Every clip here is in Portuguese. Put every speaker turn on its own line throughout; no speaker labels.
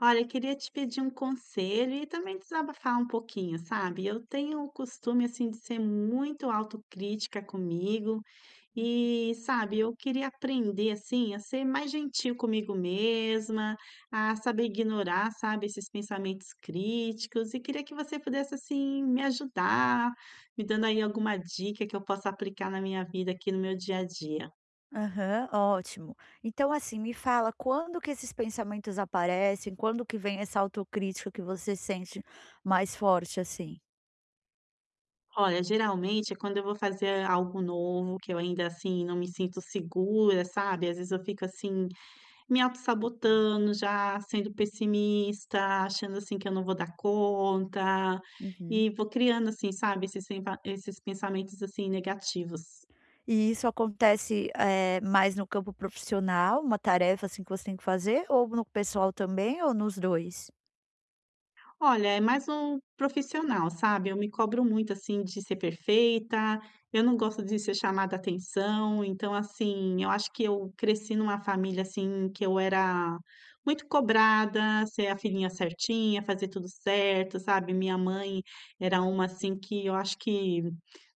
Olha, eu queria te pedir um conselho e também desabafar um pouquinho, sabe? Eu tenho o costume, assim, de ser muito autocrítica comigo
Uhum.
e, sabe, eu queria aprender, assim, a ser mais gentil comigo mesma, a saber ignorar, sabe, esses pensamentos críticos e queria que você pudesse, assim, me ajudar, me dando aí alguma dica que eu possa aplicar na minha vida aqui no meu dia a dia.
Aham, ótimo. Então, assim, me fala quando que esses pensamentos aparecem, quando que vem essa autocrítica que você sente mais forte, assim?
Olha, geralmente, é quando eu vou fazer algo novo, que eu ainda, assim, não me sinto segura, sabe, às vezes eu fico, assim, me autossabotando, já sendo pessimista, achando, assim, que eu não vou dar conta,
Uhum.
e vou criando, assim, sabe, esses sem esses pensamentos, assim, negativos.
E isso acontece, mais no campo profissional, uma tarefa assim que você tem que fazer, ou no pessoal também, ou nos 2?
Olha, é mais um profissional, sabe, eu me cobro muito, assim, de ser perfeita, eu não gosto de ser chamada atenção, então, assim, eu acho que eu cresci numa família, assim, que eu era muito cobrada, ser a filhinha certinha, fazer tudo certo, sabe, minha mãe era uma, assim, que eu acho que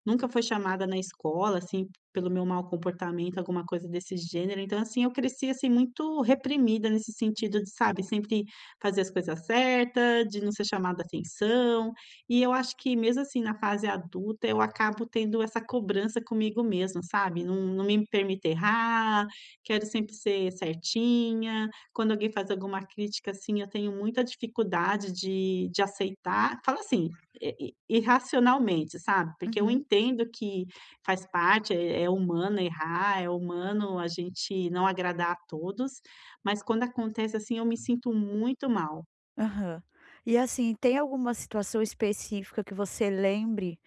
nunca foi chamada na escola, assim, pelo meu mau comportamento, alguma coisa desse gênero, então, assim, eu cresci, assim, muito reprimida nesse sentido de, sabe, sempre fazer as coisas certas, de não ser chamada atenção. E eu acho que mesmo assim na fase adulta eu acabo tendo essa cobrança comigo mesma, sabe. Não me permito errar, quero sempre ser certinha. Quando alguém faz alguma crítica, assim, eu tenho muita dificuldade de aceitar. Fala assim, i i irracionalmente, sabe. Porque eu
Uhum.
entendo que faz parte, é humano errar, é humano a gente não agradar a todos, mas quando acontece, assim, eu me sinto muito mal.
Aham. E assim, tem alguma situação específica que você lembre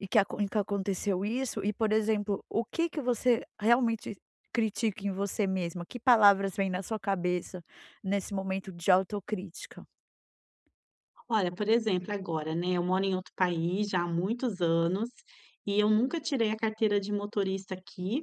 e que aconteceu isso? E, por exemplo, o que que você realmente critica em você mesma? Que palavras vêm na sua cabeça nesse momento de autocrítica?
Olha, por exemplo, agora, né, eu moro em outro país já há muitos anos e eu nunca tirei a carteira de motorista aqui.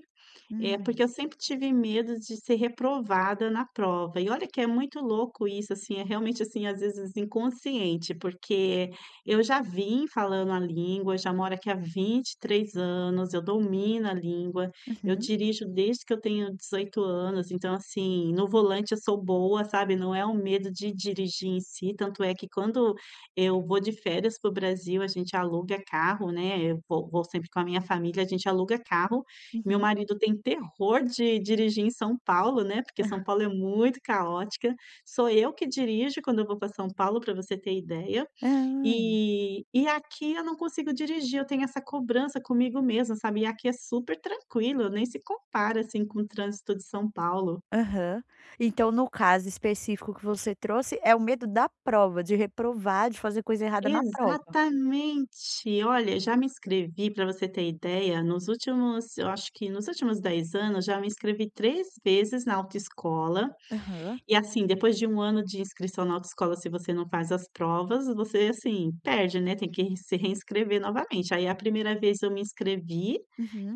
É, porque
Hum.
eu sempre tive medo de ser reprovada na prova. E olha que é muito louco isso, assim, é realmente, assim, às vezes inconsciente, porque eu já vim falando a língua, já moro aqui há 23 anos, eu domino a língua, eu
Uhum,
dirijo desde que eu tenho 18 anos, então, assim, no volante eu sou boa, sabe? Não é um medo de dirigir em si, tanto é que quando eu vou de férias para o Brasil, a gente aluga carro, né? Eu vou sempre com a minha família, a gente aluga carro. Meu
uhum.
marido tem terror de dirigir em São Paulo, né, porque São Paulo é muito caótica. Sou eu que dirijo quando eu vou para São Paulo, para você ter ideia.
Hã.
E aqui eu não consigo dirigir, eu tenho essa cobrança comigo mesma, sabe. E aqui é super tranquilo, nem se compara, assim, com o trânsito de São Paulo.
Aham. Então, no caso específico que você trouxe, é o medo da prova, de reprovar, de fazer coisa errada na prova.
Exatamente. Olha, já me inscrevi, para você ter ideia, nos últimos, eu acho que nos últimos 10 anos, já me inscrevi 3 vezes na autoescola.
Aham.
E assim, depois de um ano de inscrição na autoescola, se você não faz as provas, você, assim, perde, né, tem que se reinscrever novamente. Aí a primeira vez eu me inscrevi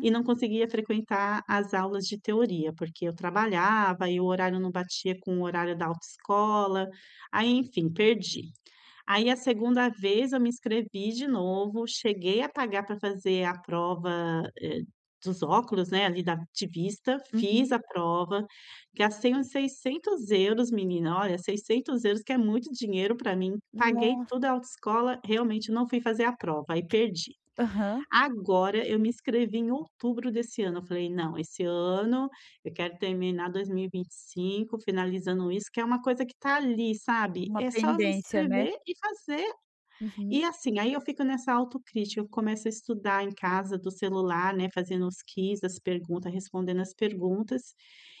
e não conseguia frequentar as aulas de teoria, porque eu trabalhava e o horário não batia com o horário da autoescola, aí enfim, perdi. Aí a segunda vez eu me inscrevi de novo, cheguei a pagar para fazer a prova, dos óculos, né, ali da de vista, fiz
Uhum.
a prova, gastei uns 600 euros, menina, olha, 600 euros que é muito dinheiro para mim, paguei
Nossa.
tudo a autoescola, realmente não fui fazer a prova, aí perdi.
Aham.
Agora eu me inscrevi em outubro desse ano, eu falei: "Não, esse ano eu quero terminar 2025 finalizando isso", que é uma coisa que está ali, sabe,
Uma
é só eu me
pendência, né?
inscrever e fazer. E
Uhum.
assim, aí eu fico nessa autocrítica, eu começo a estudar em casa do celular, né, fazendo os quiz, as perguntas, respondendo as perguntas.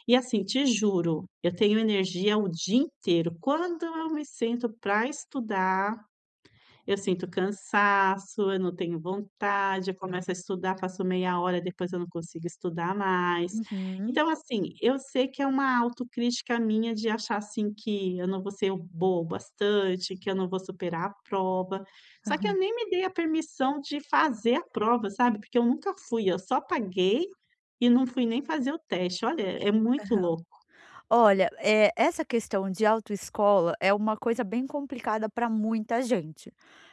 E assim, te juro, eu tenho energia o dia inteiro. Quando eu me sento para estudar, eu sinto cansaço, eu não tenho vontade, eu começo a estudar, faço meia hora, depois eu não consigo estudar mais.
Uhum.
Então, assim, eu sei que é uma autocrítica minha de achar, assim, que eu não vou ser boa o bastante, que eu não vou superar a prova. Só que eu nem me dei a permissão de fazer a prova, sabe, porque eu nunca fui, eu só paguei e não fui nem fazer o teste. Olha, é muito
Aham.
louco.
Olha, essa questão de autoescola é uma coisa bem complicada para muita gente.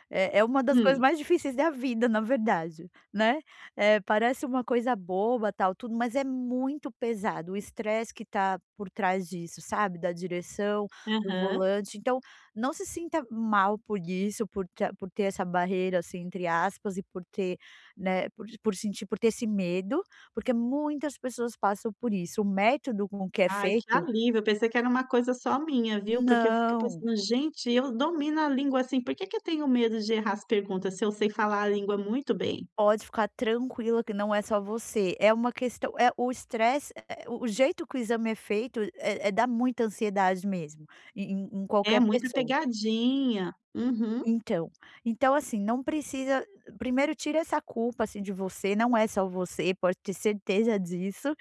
É uma das coisas
Hum.
mais difíceis da vida, na verdade, né. Parece uma coisa boba, tal, tudo, mas é muito pesado, o estresse que tá por trás disso, sabe, da direção, do
Aham.
volante. Então, não se sinta mal por isso, por ter essa barreira, assim, entre aspas, e por ter, né, por ter esse medo, porque muitas pessoas passam por isso. O método com que é
Ai, que
feito
alívio, eu pensei que era uma coisa só minha, viu, porque eu fico
não.
pensando: "Gente, eu domino a língua, assim, por que que eu tenho medo de errar as perguntas se eu sei falar a língua muito bem?".
Pode ficar tranquila que não é só você, é uma questão é o estresse, o jeito que o exame é feito, é dá muita ansiedade mesmo, em
É
qualquer
muita
pessoa.
pegadinha. Uhum.
Então então assim, não precisa primeiro tira essa culpa, assim, de você, não é só você, pode ter certeza disso.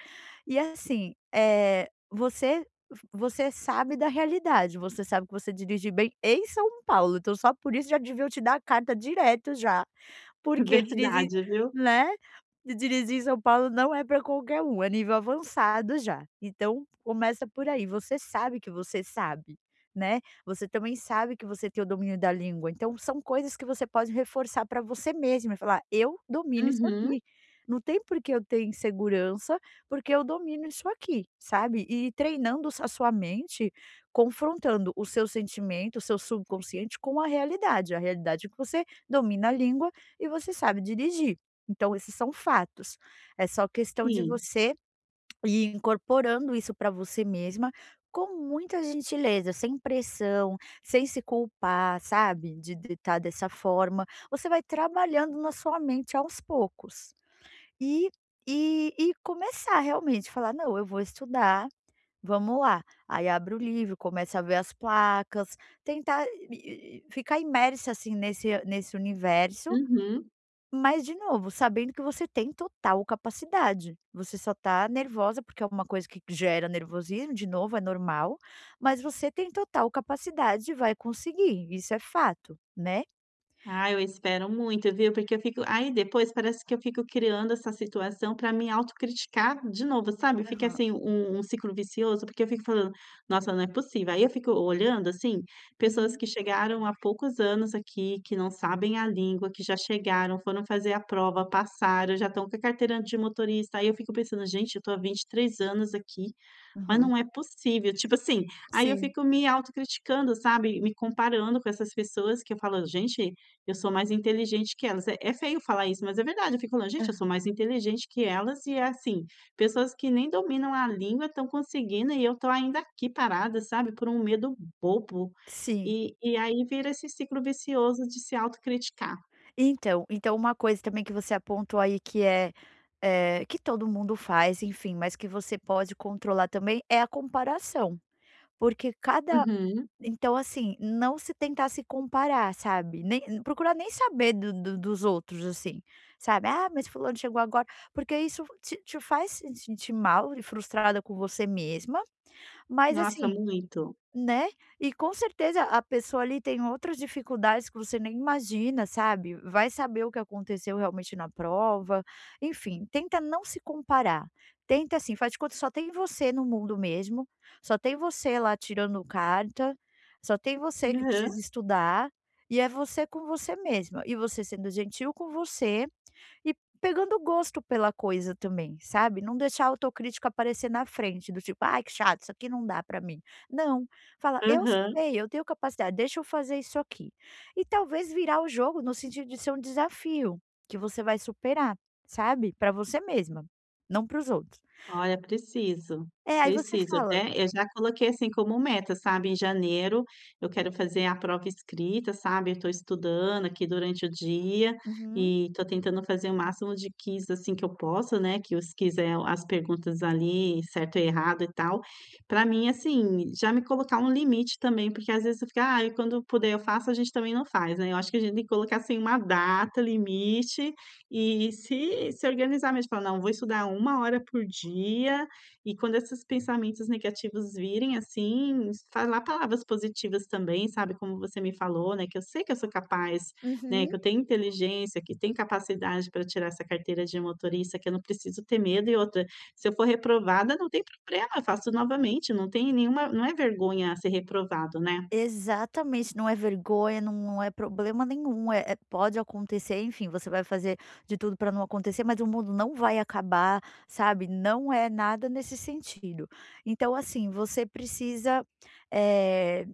E assim, você você sabe da realidade, você sabe que você dirige bem em São Paulo, então só por isso já deviam te dar a carta direto já. Porque dirigir
Verdade, viu.
né, dirigir em São Paulo não é para qualquer um, é nível avançado já. Então começa por aí, você sabe que você sabe, né, você também sabe que você tem o domínio da língua, então são coisas que você pode reforçar para você mesma e falar: "Eu domino isso
Uhum.
aqui, não tem por que eu ter insegurança, porque eu domino isso aqui", sabe. E treinando a sua mente, confrontando o seu sentimento, o seu subconsciente com a realidade é que você domina a língua e você sabe dirigir. Então esses são fatos. É só questão de
Sim.
você ir incorporando isso para você mesma com muita gentileza, sem pressão, sem se culpar, sabe, de estar dessa forma. Você vai trabalhando na sua mente aos poucos. E e começar realmente falar: "Não, eu vou estudar, vamos lá". Aí abre o livro, começa a ver as placas, tentar e ficar imersa, assim, nesse universo
Uhum.
mas de novo, sabendo que você tem total capacidade, você só tá nervosa, porque é uma coisa que gera nervosismo, de novo, é normal, mas você tem total capacidade e vai conseguir, isso é fato, né?
Ah, eu espero muito, viu, porque eu fico aí depois parece que eu fico criando essa situação para me autocriticar de novo, sabe, fica
Aham.
assim um ciclo vicioso, porque eu fico falando: "Nossa, não é possível". Aí eu fico olhando, assim, pessoas
Uhum.
que chegaram há poucos anos aqui, que não sabem a língua, que já chegaram, foram fazer a prova, passaram, já estão com a carteira de motorista, aí eu fico pensando: "Gente, eu tô há 23 anos aqui". Mas
Uhum.
não é possível, tipo assim, aí eu
Sim.
fico me autocriticando, sabe, me comparando com essas pessoas que eu falo: "Gente, eu sou mais inteligente que elas". É é feio falar isso, mas é verdade, eu fico falando: "Gente,
Hã.
eu sou mais inteligente que elas", e é assim, pessoas que nem dominam a língua estão conseguindo e eu tô ainda aqui parada, sabe, por um medo bobo.
Sim.
E aí vira esse ciclo vicioso de se autocriticar.
Então uma coisa também que você apontou aí que é, que todo mundo faz, enfim, mas que você pode controlar também, é a comparação, porque cada
Uhum.
Então, assim, não se tentar se comparar, sabe, nem procurar nem saber do dos outros, assim, sabe, "Ah, mas fulano chegou agora", porque isso te faz se sentir mal e frustrada com você mesma, mas
Nossa,
assim
muito.
né, e com certeza a pessoa ali tem outras dificuldades que você nem imagina, sabe, vai saber o que aconteceu realmente na prova, enfim, tenta não se comparar, tenta assim, faz de conta que só tem você no mundo mesmo, só tem você lá tirando carta, só tem você que
Aham,
precisa estudar, e é você com você mesma, e você sendo gentil com você e pegando gosto pela coisa também, sabe, não deixar a autocrítica aparecer na frente do tipo: "Ai que chato, isso aqui não dá pra mim". Não, fala: "Eu
aham.
sei, eu tenho capacidade, deixa eu fazer isso aqui". E talvez virar o jogo no sentido de ser um desafio, que você vai superar, sabe, pra você mesma, não para os outros.
Olha, preciso,
É, aí você
preciso
fala
até eu já coloquei, assim, como meta, sabe, em janeiro eu quero fazer a prova escrita, sabe, eu estou estudando aqui durante o dia
uhum,
e estou tentando fazer o máximo de quiz, assim, que eu posso, né, que os quiz é as perguntas ali, certo e errado e tal. Para mim, assim, já me colocar um limite também, porque às vezes eu fico: "Ai, quando puder eu faço", a gente também não faz, né, eu acho que a gente tem que colocar, assim, uma data limite e se organizar mesmo, falar: "Não, vou estudar uma hora por dia", e quando esses pensamentos negativos virem, assim, falar palavras positivas também, sabe, como você me falou, né, que eu sei que eu sou capaz, né,
uhum.
que eu tenho inteligência, que tenho capacidade para tirar essa carteira de motorista, que eu não preciso ter medo e outra, se eu for reprovada não tem problema, eu faço novamente, não tem nenhuma não é vergonha ser reprovado, né?
Exatamente, não é vergonha, não não é problema nenhum, é pode acontecer, enfim, você vai fazer de tudo para não acontecer, mas o mundo não vai acabar, sabe, não é nada nesse sentido. Então, assim, você precisa, eh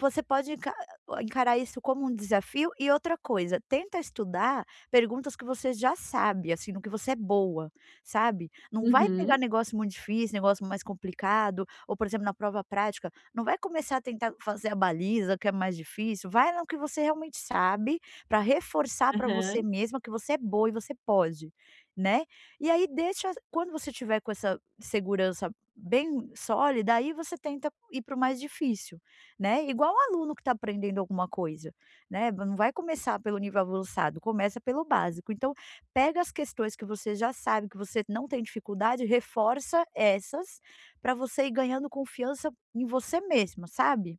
você pode encarar isso como um desafio e outra coisa, tenta estudar perguntas que você já sabe, assim, no que você é boa, sabe. Não vai pegar
Uhum.
negócio muito difícil, negócio mais complicado ou, por exemplo, na prova prática, não vai começar a tentar fazer a baliza, que é mais difícil, vai no que você realmente sabe, para reforçar para você
Aham.
mesma que você é boa e você pode, né. E aí deixa quando você tiver com essa segurança bem sólida, aí você tenta ir para o mais difícil. Né, igual um aluno que está aprendendo alguma coisa, né, não vai começar pelo nível avançado, começa pelo básico. Então, pega as questões que você já sabe, que você não tem dificuldade, reforça essas, para você ir ganhando confiança em você mesma, sabe.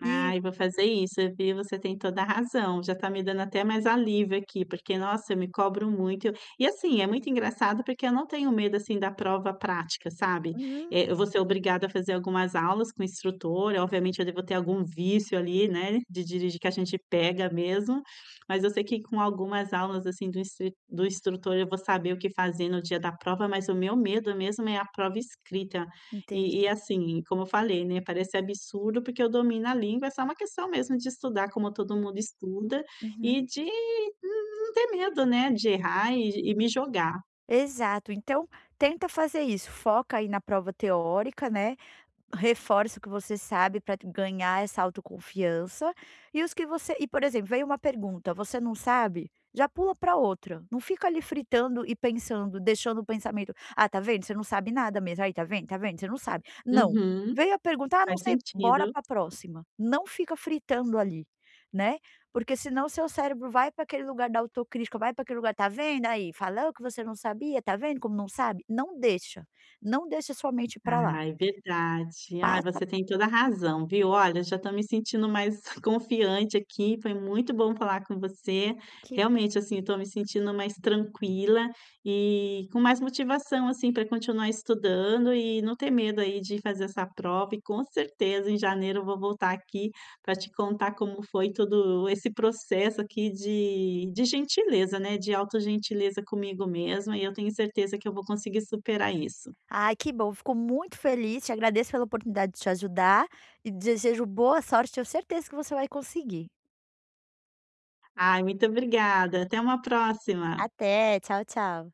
E
Ai, vou fazer isso, viu, você tem toda a razão, já tá me dando até mais alívio aqui, porque nossa, eu me cobro muito. E assim, é muito engraçado porque eu não tenho medo, assim, da prova prática, sabe.
uhum,
Eu vou ser obrigada a fazer algumas aulas com o instrutor, obviamente eu devo ter algum vício ali, né, de dirigir que a gente pega mesmo, mas eu sei que com algumas aulas, assim, do instrutor eu vou saber o que fazer no dia da prova, mas o meu medo mesmo é a prova escrita, e
entendi.
assim, como eu falei, né, parece absurdo, porque eu domino a língua, é só uma questão mesmo de estudar como todo mundo estuda e
Uhum.
de não ter medo, né, de errar e me jogar.
Exato, então tenta fazer isso, foca aí na prova teórica, né. Reforça o que você sabe para ganhar essa autoconfiança, e os que você e, por exemplo, veio uma pergunta, você não sabe, já pula para outra, não fica ali fritando e pensando, deixando o pensamento: "Ah, tá vendo? Você não sabe nada mesmo. Aí, tá vendo? Tá vendo? Você não sabe". Não,
Uhum,
veio a pergunta: "Ah, não
faz
sei", bora
sentido.
para a próxima. Não fica fritando ali, né, porque senão seu cérebro vai para aquele lugar da autocrítica, vai para aquele lugar: "Tá vendo aí? Falou que você não sabia. Tá vendo como não sabe?". Não deixa, não deixa sua mente para lá.
Ai, verdade. Ai,
Passa
você tem toda a razão, viu. Olha, já estou me sentindo mais confiante aqui, foi muito bom falar com você.
Que bom.
Realmente, assim, estou me sentindo mais tranquila e com mais motivação, assim, para continuar estudando e não ter medo aí de fazer essa prova e com certeza em janeiro eu vou voltar aqui para te contar como foi todo esse processo aqui de gentileza, né, de autogentileza comigo mesma e eu tenho certeza que eu vou conseguir superar isso.
Ai, que bom, fico muito feliz, te agradeço pela oportunidade de te ajudar e desejo boa sorte, tenho certeza que você vai conseguir.
Ai, muito obrigada. Até uma próxima.
Até, tchau, tchau.